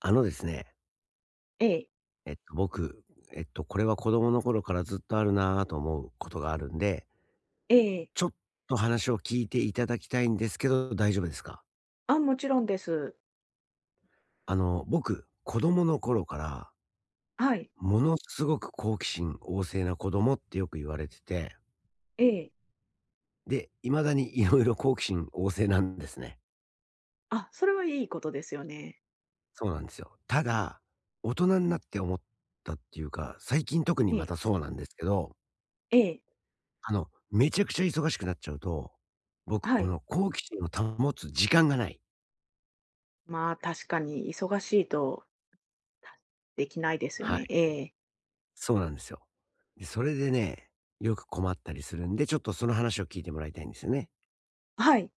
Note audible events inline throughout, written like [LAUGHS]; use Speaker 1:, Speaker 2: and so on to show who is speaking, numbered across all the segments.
Speaker 1: あのですね、
Speaker 2: ええ、
Speaker 1: えっと、僕、えっと、これは子供の頃からずっとあるなぁと思うことがあるんで、
Speaker 2: ええ。
Speaker 1: ちょっと話を聞いていただきたいんですけど、大丈夫ですか？
Speaker 2: あ、もちろんです。
Speaker 1: 僕、子供の頃から、
Speaker 2: はい。
Speaker 1: ものすごく好奇心旺盛な子供ってよく言われてて、
Speaker 2: ええ。
Speaker 1: で、未だにいろいろ好奇心旺盛なんですね。
Speaker 2: あ、それはいいことですよね。
Speaker 1: そうなんですよ。ただ、大人になって思ったっていうか、最近特に
Speaker 2: え
Speaker 1: ま
Speaker 2: え、
Speaker 1: たそうなんですけど
Speaker 2: ええ、
Speaker 1: めちゃくちゃ忙しくなっちゃうと、僕
Speaker 2: は
Speaker 1: こ
Speaker 2: い。
Speaker 1: の好奇心を保つ時間がない。
Speaker 2: まあ、確かに忙しいとできないですよ
Speaker 1: は
Speaker 2: ね。
Speaker 1: い。
Speaker 2: ええ。
Speaker 1: そうなんですよ。で、それでね、よく困ったりするんで、ちょっとその話を聞いてもらいたいんですよね。
Speaker 2: はい、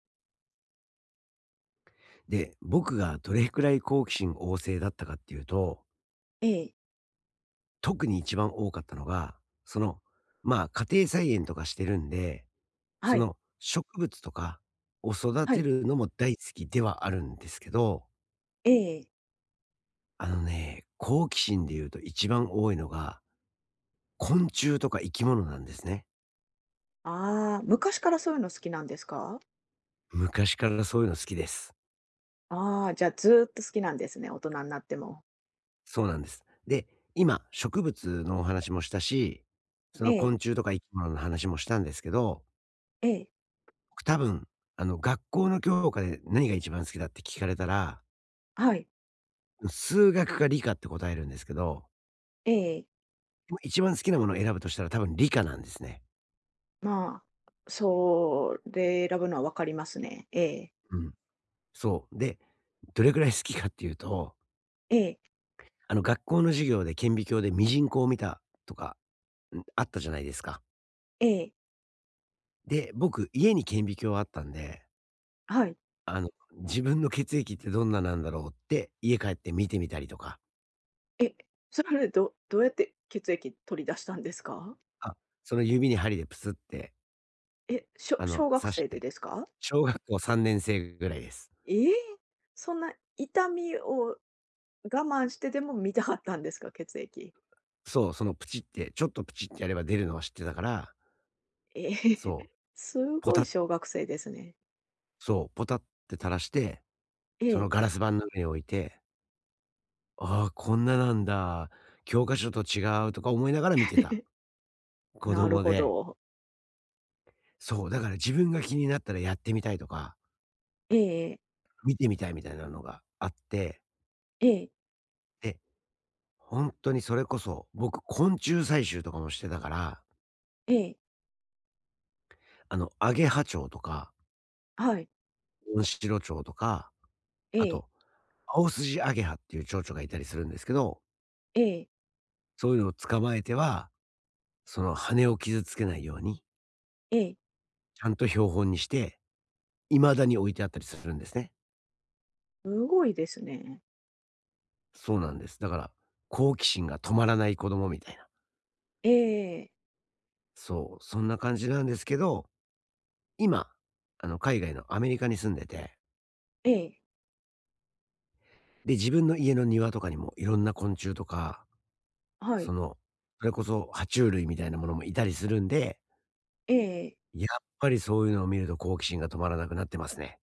Speaker 1: で、僕がどれくらい好奇心旺盛だったかっていうと、
Speaker 2: ええ、
Speaker 1: 特に一番多かったのが、その、家庭菜園とかしてるんで、
Speaker 2: は
Speaker 1: そ
Speaker 2: い、
Speaker 1: の植物とかを育
Speaker 2: は
Speaker 1: て
Speaker 2: い、
Speaker 1: るのも大好きではあるんですけど、
Speaker 2: ええ。
Speaker 1: あのね、好奇心で言うと一番多いのが、昆虫とか生き物なんですね。
Speaker 2: ああ、昔からそういうの好きなんですか？
Speaker 1: 昔からそういうの好きです。
Speaker 2: ああ、じゃあ、ずーっと好きなんですね、大人になっても。
Speaker 1: そうなんです。で、今、植物のお話もしたし、そ
Speaker 2: え
Speaker 1: の
Speaker 2: え、
Speaker 1: 昆虫とか生き物の話もしたんですけど、
Speaker 2: ええ、
Speaker 1: 僕多分、学校の教科で何が一番好きだって聞かれたら、
Speaker 2: はい、
Speaker 1: 数学か理科って答えるんですけど、
Speaker 2: ええ。
Speaker 1: 一番好きなものを選ぶとしたら多分理科なんですね。
Speaker 2: まあ、それ選ぶのはわかりますね。ええ、
Speaker 1: うん。そう。で、どれくらい好きかっていうと、
Speaker 2: ええ、
Speaker 1: 学校の授業で顕微鏡でミジンコを見たとか、んあったじゃないですか。
Speaker 2: ええ、
Speaker 1: で、僕、家に顕微鏡あったんで、
Speaker 2: はい。
Speaker 1: 自分の血液ってどんななんだろうって、家帰って見てみたりとか、
Speaker 2: え、それまでどうやって血液取り出したんですか？
Speaker 1: あ、その指に針でプスって、
Speaker 2: え、小学
Speaker 1: 刺し
Speaker 2: 生で
Speaker 1: て、
Speaker 2: ですか？
Speaker 1: 小学校3年生ぐらいです。
Speaker 2: ええ！そんな痛みを我慢してでも見たかったんですか？血液。
Speaker 1: そう、そのプチって、ちょっとプチってやれば出るのは知ってたから、
Speaker 2: ええ、[LAUGHS]
Speaker 1: そう、
Speaker 2: す
Speaker 1: ポ
Speaker 2: ご
Speaker 1: タ
Speaker 2: い
Speaker 1: ッ
Speaker 2: 小学生ですね。
Speaker 1: そう、ポタッって垂らして、
Speaker 2: え
Speaker 1: その
Speaker 2: え。
Speaker 1: ガラス板の上に置いて、ああ、こんななんだ、教科書と違うとか思いながら見てた、
Speaker 2: [LAUGHS]
Speaker 1: 子
Speaker 2: なる
Speaker 1: 供
Speaker 2: ほ
Speaker 1: で。
Speaker 2: ど。
Speaker 1: そう、だから自分が気になったらやってみたいとか
Speaker 2: ええ
Speaker 1: 見てみたいみたいなのがあって、
Speaker 2: ええ。ええ
Speaker 1: で、本当にそれこそ、僕、昆虫採集とかもしてたから、
Speaker 2: ええ。
Speaker 1: アゲハチョウとか、
Speaker 2: はい。
Speaker 1: モンシロチョウとか、
Speaker 2: え
Speaker 1: あ
Speaker 2: え
Speaker 1: と、アオスジアゲハっていう蝶々がいたりするんですけど、
Speaker 2: ええええ
Speaker 1: そういうのを捕まえては、その羽を傷つけないように、
Speaker 2: はいええええええ
Speaker 1: ちゃんと標本にして、未だに置いてあったりするんですね。
Speaker 2: すごいですね。
Speaker 1: そうなんです。だから、好奇心が止まらない子供みたいな。
Speaker 2: ええええ。
Speaker 1: そう、そんな感じなんですけど、今、海外のアメリカに住んでてで、自分の家の庭とかにもいろんな昆虫とか、
Speaker 2: は
Speaker 1: そ
Speaker 2: い。
Speaker 1: の、それこそ爬虫類みたいなものもいたりするんで、
Speaker 2: えええ。
Speaker 1: やっぱりそういうのを見ると好奇心が止まらなくなってますね。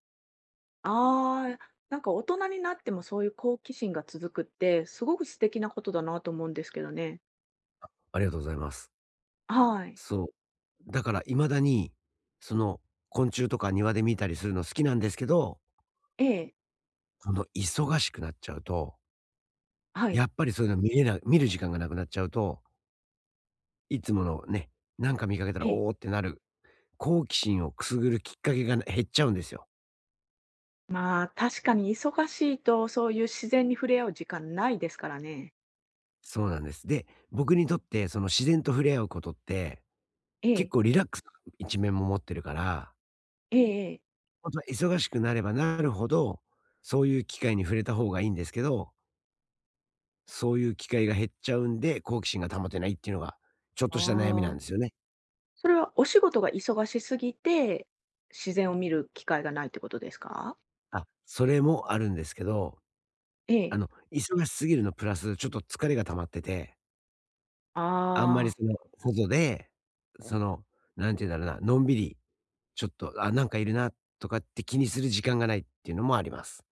Speaker 2: ああ、なんか大人になってもそういう好奇心が続くって、すごく素敵なことだなと思うんですけどね。
Speaker 1: ありがとうございます。
Speaker 2: はい。
Speaker 1: そう。だから未だに、その、昆虫とか庭で見たりするの好きなんですけど、
Speaker 2: ええ、
Speaker 1: この忙しくなっちゃうと、
Speaker 2: はい、
Speaker 1: やっぱりそういうの見れな見る時間がなくなっちゃうと、いつものね、なんか見かけた
Speaker 2: え
Speaker 1: ら、
Speaker 2: え。
Speaker 1: おおってなる、好奇心をくすぐるきっかけが減っちゃうんですよ。
Speaker 2: まあ、確かに忙しいと、そういう自然に触れ合う時間ないですからね。
Speaker 1: そうなんです。で、僕にとってその自然と触れ合うことって、
Speaker 2: え
Speaker 1: 結
Speaker 2: え、
Speaker 1: 構リラックスな一面も持ってるから、
Speaker 2: ええええ。
Speaker 1: 本当は忙しくなればなるほど、そういう機会に触れた方がいいんですけど、そういう機会が減っちゃうんで、好奇心が保てないっていうのが、ちょっ
Speaker 2: あ
Speaker 1: とした悩みなんで
Speaker 2: あ、
Speaker 1: すよね。
Speaker 2: それはお仕事が忙しすぎて、自然を見る機会がないってことですか？
Speaker 1: あ、それもあるんですけど、
Speaker 2: ええ。
Speaker 1: 忙しすぎるのプラス、ちょっと疲れが溜まってて、あんまり
Speaker 2: ああ、
Speaker 1: その、外で、その、なんて言うんだろうな、のんびりちょっと、あ、なんかいるなとかって気にする時間がないっていうのもあります。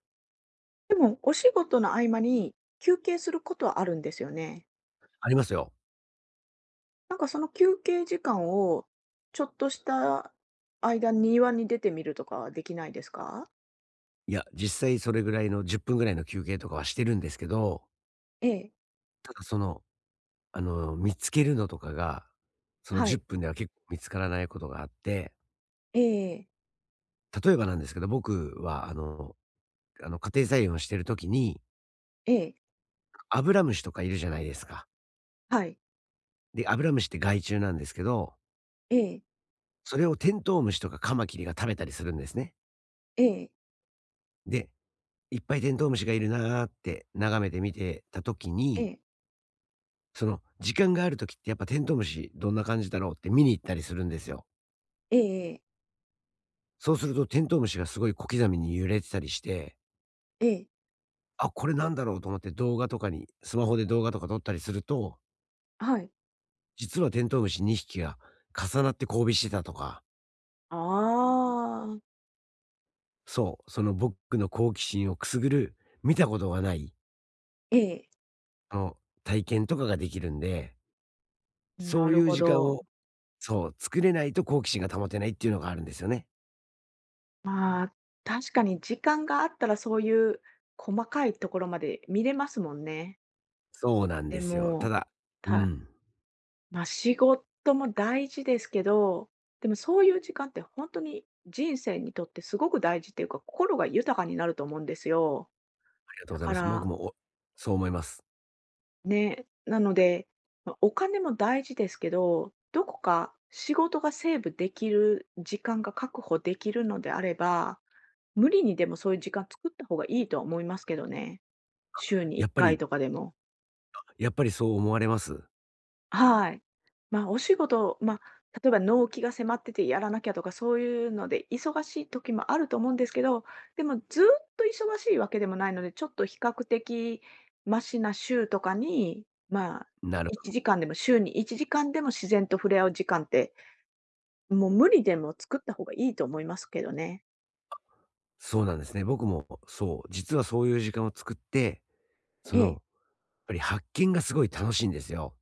Speaker 2: でもお仕事の合間に休憩することはあるんですよね？
Speaker 1: ありますよ。
Speaker 2: なんかその休憩時間を、ちょっとした間、庭に出てみるとかはできないですか？
Speaker 1: いや、実際それぐらいの10分ぐらいの休憩とかはしてるんですけど、
Speaker 2: ええ、
Speaker 1: ただその、見つけるのとかが、その
Speaker 2: は
Speaker 1: 10
Speaker 2: い。
Speaker 1: 分では結構見つからないことがあって、
Speaker 2: ええええ、
Speaker 1: 例えばなんですけど、僕は家庭菜園をしてる時に、アブラムシとかいるじゃないですか。
Speaker 2: はい。
Speaker 1: で、アブラムシって害虫なんですけど、
Speaker 2: ええ、
Speaker 1: それをテントウムシとかカマキリが食べたりするんですね。
Speaker 2: ええ、
Speaker 1: で、いっぱいテントウムシがいるなーって眺めて見てた時
Speaker 2: え
Speaker 1: に、
Speaker 2: え、
Speaker 1: その時間がある時ってやっぱテントウムシどんな感じだろうって見に行ったりするんですよ。
Speaker 2: ええええ、
Speaker 1: そうするとテントウムシがすごい小刻みに揺れてたりして、
Speaker 2: ええ、
Speaker 1: あ、これなんだろうと思って動画とかに、スマホで動画とか撮ったりすると、
Speaker 2: はい。
Speaker 1: 実はテントウムシ2匹が重なって交尾してたとか、
Speaker 2: ああ。
Speaker 1: そう、その僕の好奇心をくすぐる見たことがない、
Speaker 2: ええ。
Speaker 1: あの、体験とかができるんで、そ
Speaker 2: な
Speaker 1: うい
Speaker 2: る
Speaker 1: う
Speaker 2: ほ
Speaker 1: 時間
Speaker 2: ど。
Speaker 1: を、そう、作れないと好奇心が保てないっていうのがあるんですよね。
Speaker 2: まあ、確かに時間があったらそういう細かいところまで見れますもんね。
Speaker 1: そうなん
Speaker 2: で
Speaker 1: ですよ。た
Speaker 2: も、
Speaker 1: だう
Speaker 2: た
Speaker 1: ん、
Speaker 2: まあ、仕事も大事ですけど、でもそういう時間って本当に人生にとってすごく大事っていうか、心が豊かになると思うんですよ。
Speaker 1: ありがとうご
Speaker 2: だ
Speaker 1: ざい
Speaker 2: か
Speaker 1: ます。僕
Speaker 2: ら、
Speaker 1: も、おそう思います。
Speaker 2: ね、なので、ま、お金も大事ですけど、どこか仕事がセーブできる時間が確保できるのであれば、無理にでもそういう時間作った方がいいとは思いますけどね。週に
Speaker 1: や
Speaker 2: 1
Speaker 1: っぱ
Speaker 2: 回
Speaker 1: り
Speaker 2: とかでも。
Speaker 1: やっぱりそう思われます？
Speaker 2: はい。まあ、お仕事、まあ、例えば納期が迫っててやらなきゃとか、そういうので忙しい時もあると思うんですけど、でもずっと忙しいわけでもないので、ちょっと比較的マシな週とかに、まあ、
Speaker 1: なるほ
Speaker 2: 1
Speaker 1: ど
Speaker 2: 時間でも、週に1時間でも自然と触れ合う時間って、もう無理でも作った方がいいと思いますけどね。
Speaker 1: そうなんですね。僕もそう、実はそういう時間を作って、そ
Speaker 2: え
Speaker 1: の、や
Speaker 2: え。
Speaker 1: っぱり発見がすごい楽しいんですよ。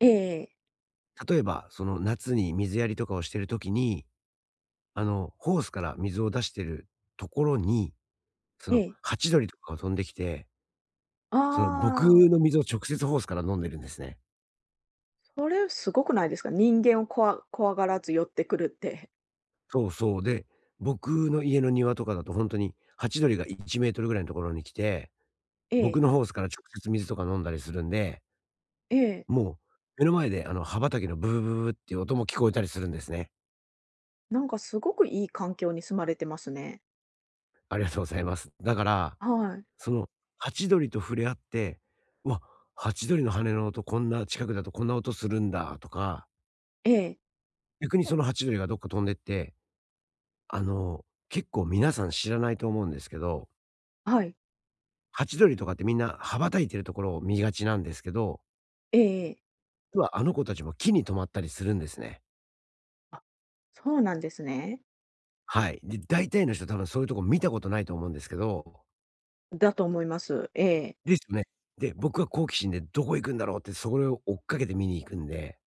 Speaker 2: ええええ。
Speaker 1: 例えば、その夏に水やりとかをしてる時に、ホースから水を出してるところに、その
Speaker 2: ええ
Speaker 1: ハチドリとかが飛んできて、
Speaker 2: あ
Speaker 1: その僕
Speaker 2: あ、
Speaker 1: の水を直接ホースから飲んでるんですね。
Speaker 2: それすごくないですか？人間を怖がらず寄ってくるって。
Speaker 1: そうそう。で、僕の家の庭とかだと本当にハチドリが1メートルぐらいのところに来て、
Speaker 2: え
Speaker 1: 僕
Speaker 2: え、
Speaker 1: のホースから直接水とか飲んだりするんで、
Speaker 2: ええ。
Speaker 1: もう目の前であの、葉畑のブブブーブーっていう音も聞こえたりするんですね。
Speaker 2: なんかすごくいい環境に住まれてますね。
Speaker 1: ありがとうございます。だから、
Speaker 2: はい。
Speaker 1: そのハチドリと触れ合って、「わ、ハチドリの羽の音こんな近くだとこんな音するんだ」とか、
Speaker 2: ええ、
Speaker 1: 逆にそのハチドリがどっか飛んでって、結構皆さん知らないと思うんですけど、
Speaker 2: はい。
Speaker 1: ハチドリとかってみんな羽ばたいてるところを見がちなんですけど
Speaker 2: ええええ。
Speaker 1: は、あの子たちも木に止まったりするんですね。
Speaker 2: あ、そうなんですね。
Speaker 1: はい。で、大体の人多分そういうとこ見たことないと思うんですけど
Speaker 2: だと思います。ええ。
Speaker 1: ですよね。で、僕は好奇心でどこ行くんだろうって、それを追っかけて見に行くんで、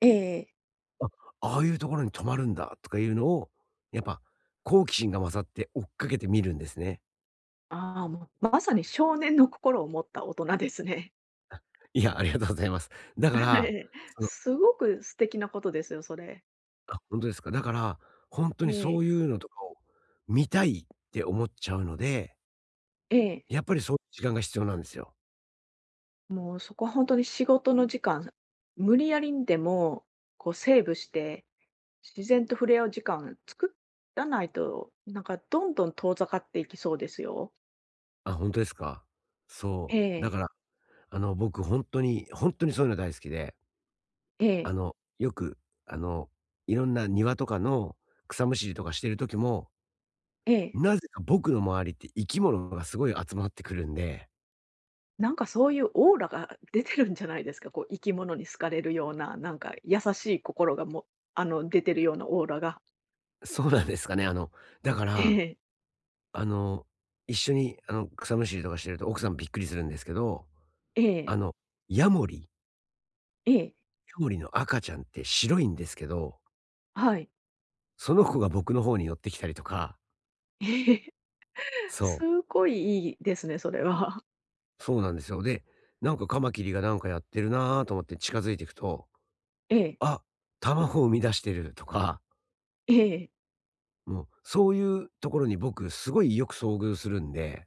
Speaker 2: ええええ
Speaker 1: あ、ああいうところに止まるんだとかいうのを、やっぱ好奇心が勝って追っかけて見るんですね。
Speaker 2: ああ、もう、まさに少年の心を持った大人ですね。
Speaker 1: いや、ありがとうございます。だか
Speaker 2: [LAUGHS]
Speaker 1: ら、
Speaker 2: ええ。[LAUGHS]
Speaker 1: その
Speaker 2: すごく素敵なことですよ、それ。
Speaker 1: あ、本当ですか。だから、本当
Speaker 2: え
Speaker 1: にそ
Speaker 2: え、
Speaker 1: ういうのとかを見たいって思っちゃうので、
Speaker 2: ええ。
Speaker 1: やっぱりそういう時間が必要なんですよ。
Speaker 2: もうそこは本当に仕事の時間、無理やりにでも、こうセーブして、自然と触れ合う時間作らないと、なんかどんどん遠ざかっていきそうですよ。
Speaker 1: あ、本当ですか。
Speaker 2: え
Speaker 1: そう。だか
Speaker 2: え。
Speaker 1: ら僕本当に、本当にそういうの大好きで、
Speaker 2: え
Speaker 1: あ
Speaker 2: え、
Speaker 1: の、よく、あの、いろんな庭とかの草むしりとかしてる時も、
Speaker 2: ええ。
Speaker 1: なぜか僕の周りって生き物がすごい集まってくるんで、
Speaker 2: なんかそういうオーラが出てるんじゃないですか？こう生き物に好かれるような、なんか優しい心があの、出てるようなオーラが。
Speaker 1: そうなんですかね、だか
Speaker 2: え
Speaker 1: ら、
Speaker 2: え、
Speaker 1: あの、一緒に、草むしりとかしてると奥さんびっくりするんですけど、
Speaker 2: え
Speaker 1: あ
Speaker 2: え、
Speaker 1: の、ヤモリ
Speaker 2: ええ、
Speaker 1: ヤモリの赤ちゃんって白いんですけど、
Speaker 2: はい。
Speaker 1: その子が僕の方に寄ってきたりとか、
Speaker 2: [LAUGHS] ええ、
Speaker 1: そう、
Speaker 2: すごいいいですね、それは。
Speaker 1: そうなんですよ。で、なんかカマキリがなんかやってるなぁと思って近づいていくと
Speaker 2: [LAUGHS] ええ、
Speaker 1: あ、卵を生み出してるとか、
Speaker 2: ええ、
Speaker 1: もう、そういうところに僕すごいよく遭遇するんで、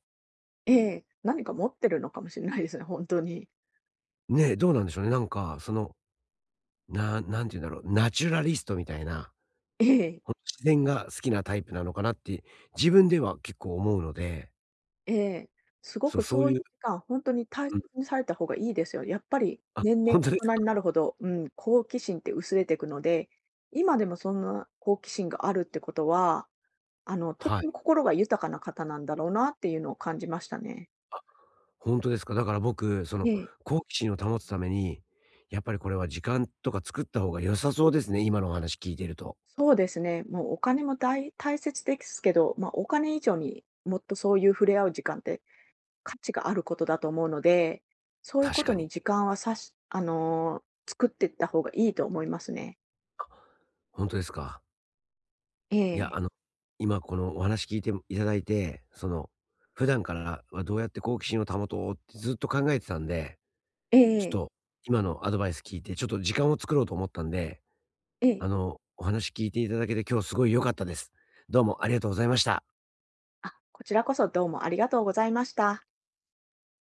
Speaker 2: ええ、何か持ってるのかもしれないですね、本当に。
Speaker 1: ね、どうなんでしょうね。なんか、その、何て言うんだろう、ナチュラリストみたいな、
Speaker 2: ええ。
Speaker 1: ほんと自然が好きなタイプなのかなって自分では結構思うので、
Speaker 2: ええ、すご
Speaker 1: そう、
Speaker 2: く
Speaker 1: そ
Speaker 2: そ
Speaker 1: う
Speaker 2: うい
Speaker 1: い
Speaker 2: う
Speaker 1: う
Speaker 2: 時間、本当に大切
Speaker 1: うん。
Speaker 2: にされた方がいいですよ。やっぱり
Speaker 1: あ、
Speaker 2: 年
Speaker 1: ほ
Speaker 2: 々
Speaker 1: んと
Speaker 2: 大
Speaker 1: です
Speaker 2: 人
Speaker 1: か？
Speaker 2: になるほど、うん、好奇心って薄れていくので、今でもそんな好奇心があるってことは、あの、と
Speaker 1: は
Speaker 2: て
Speaker 1: い。
Speaker 2: も心が豊かな方なんだろうなっていうのを感じましたね。
Speaker 1: ほんとですか。だから僕、そ
Speaker 2: え
Speaker 1: の、
Speaker 2: え、
Speaker 1: 好奇心を保つために、やっぱりこれは時間とか作った方が良さそうですね、今のお話聞いてると。
Speaker 2: そうですね。もうお金も大切ですけど、まあ、お金以上にもっとそういう触れ合う時間って価値があることだと思うので、そういうこ
Speaker 1: 確
Speaker 2: と
Speaker 1: か
Speaker 2: に
Speaker 1: に。
Speaker 2: 時間はあの、作っていった方がいいと思いますね。
Speaker 1: ほんとですか。
Speaker 2: え
Speaker 1: いや、
Speaker 2: え。
Speaker 1: 今このお話聞いていただいて、その、普段からはどうやって好奇心を保とうってずっと考えてたんで、
Speaker 2: ええ
Speaker 1: ちょっ
Speaker 2: ええ。
Speaker 1: と今のアドバイス聞いて、ちょっと時間を作ろうと思ったんで、
Speaker 2: ええ
Speaker 1: お話聞いていただけて今日すごい良かったです。どうもありがとうございました。
Speaker 2: あ、こちらこそどうもありがとうございました。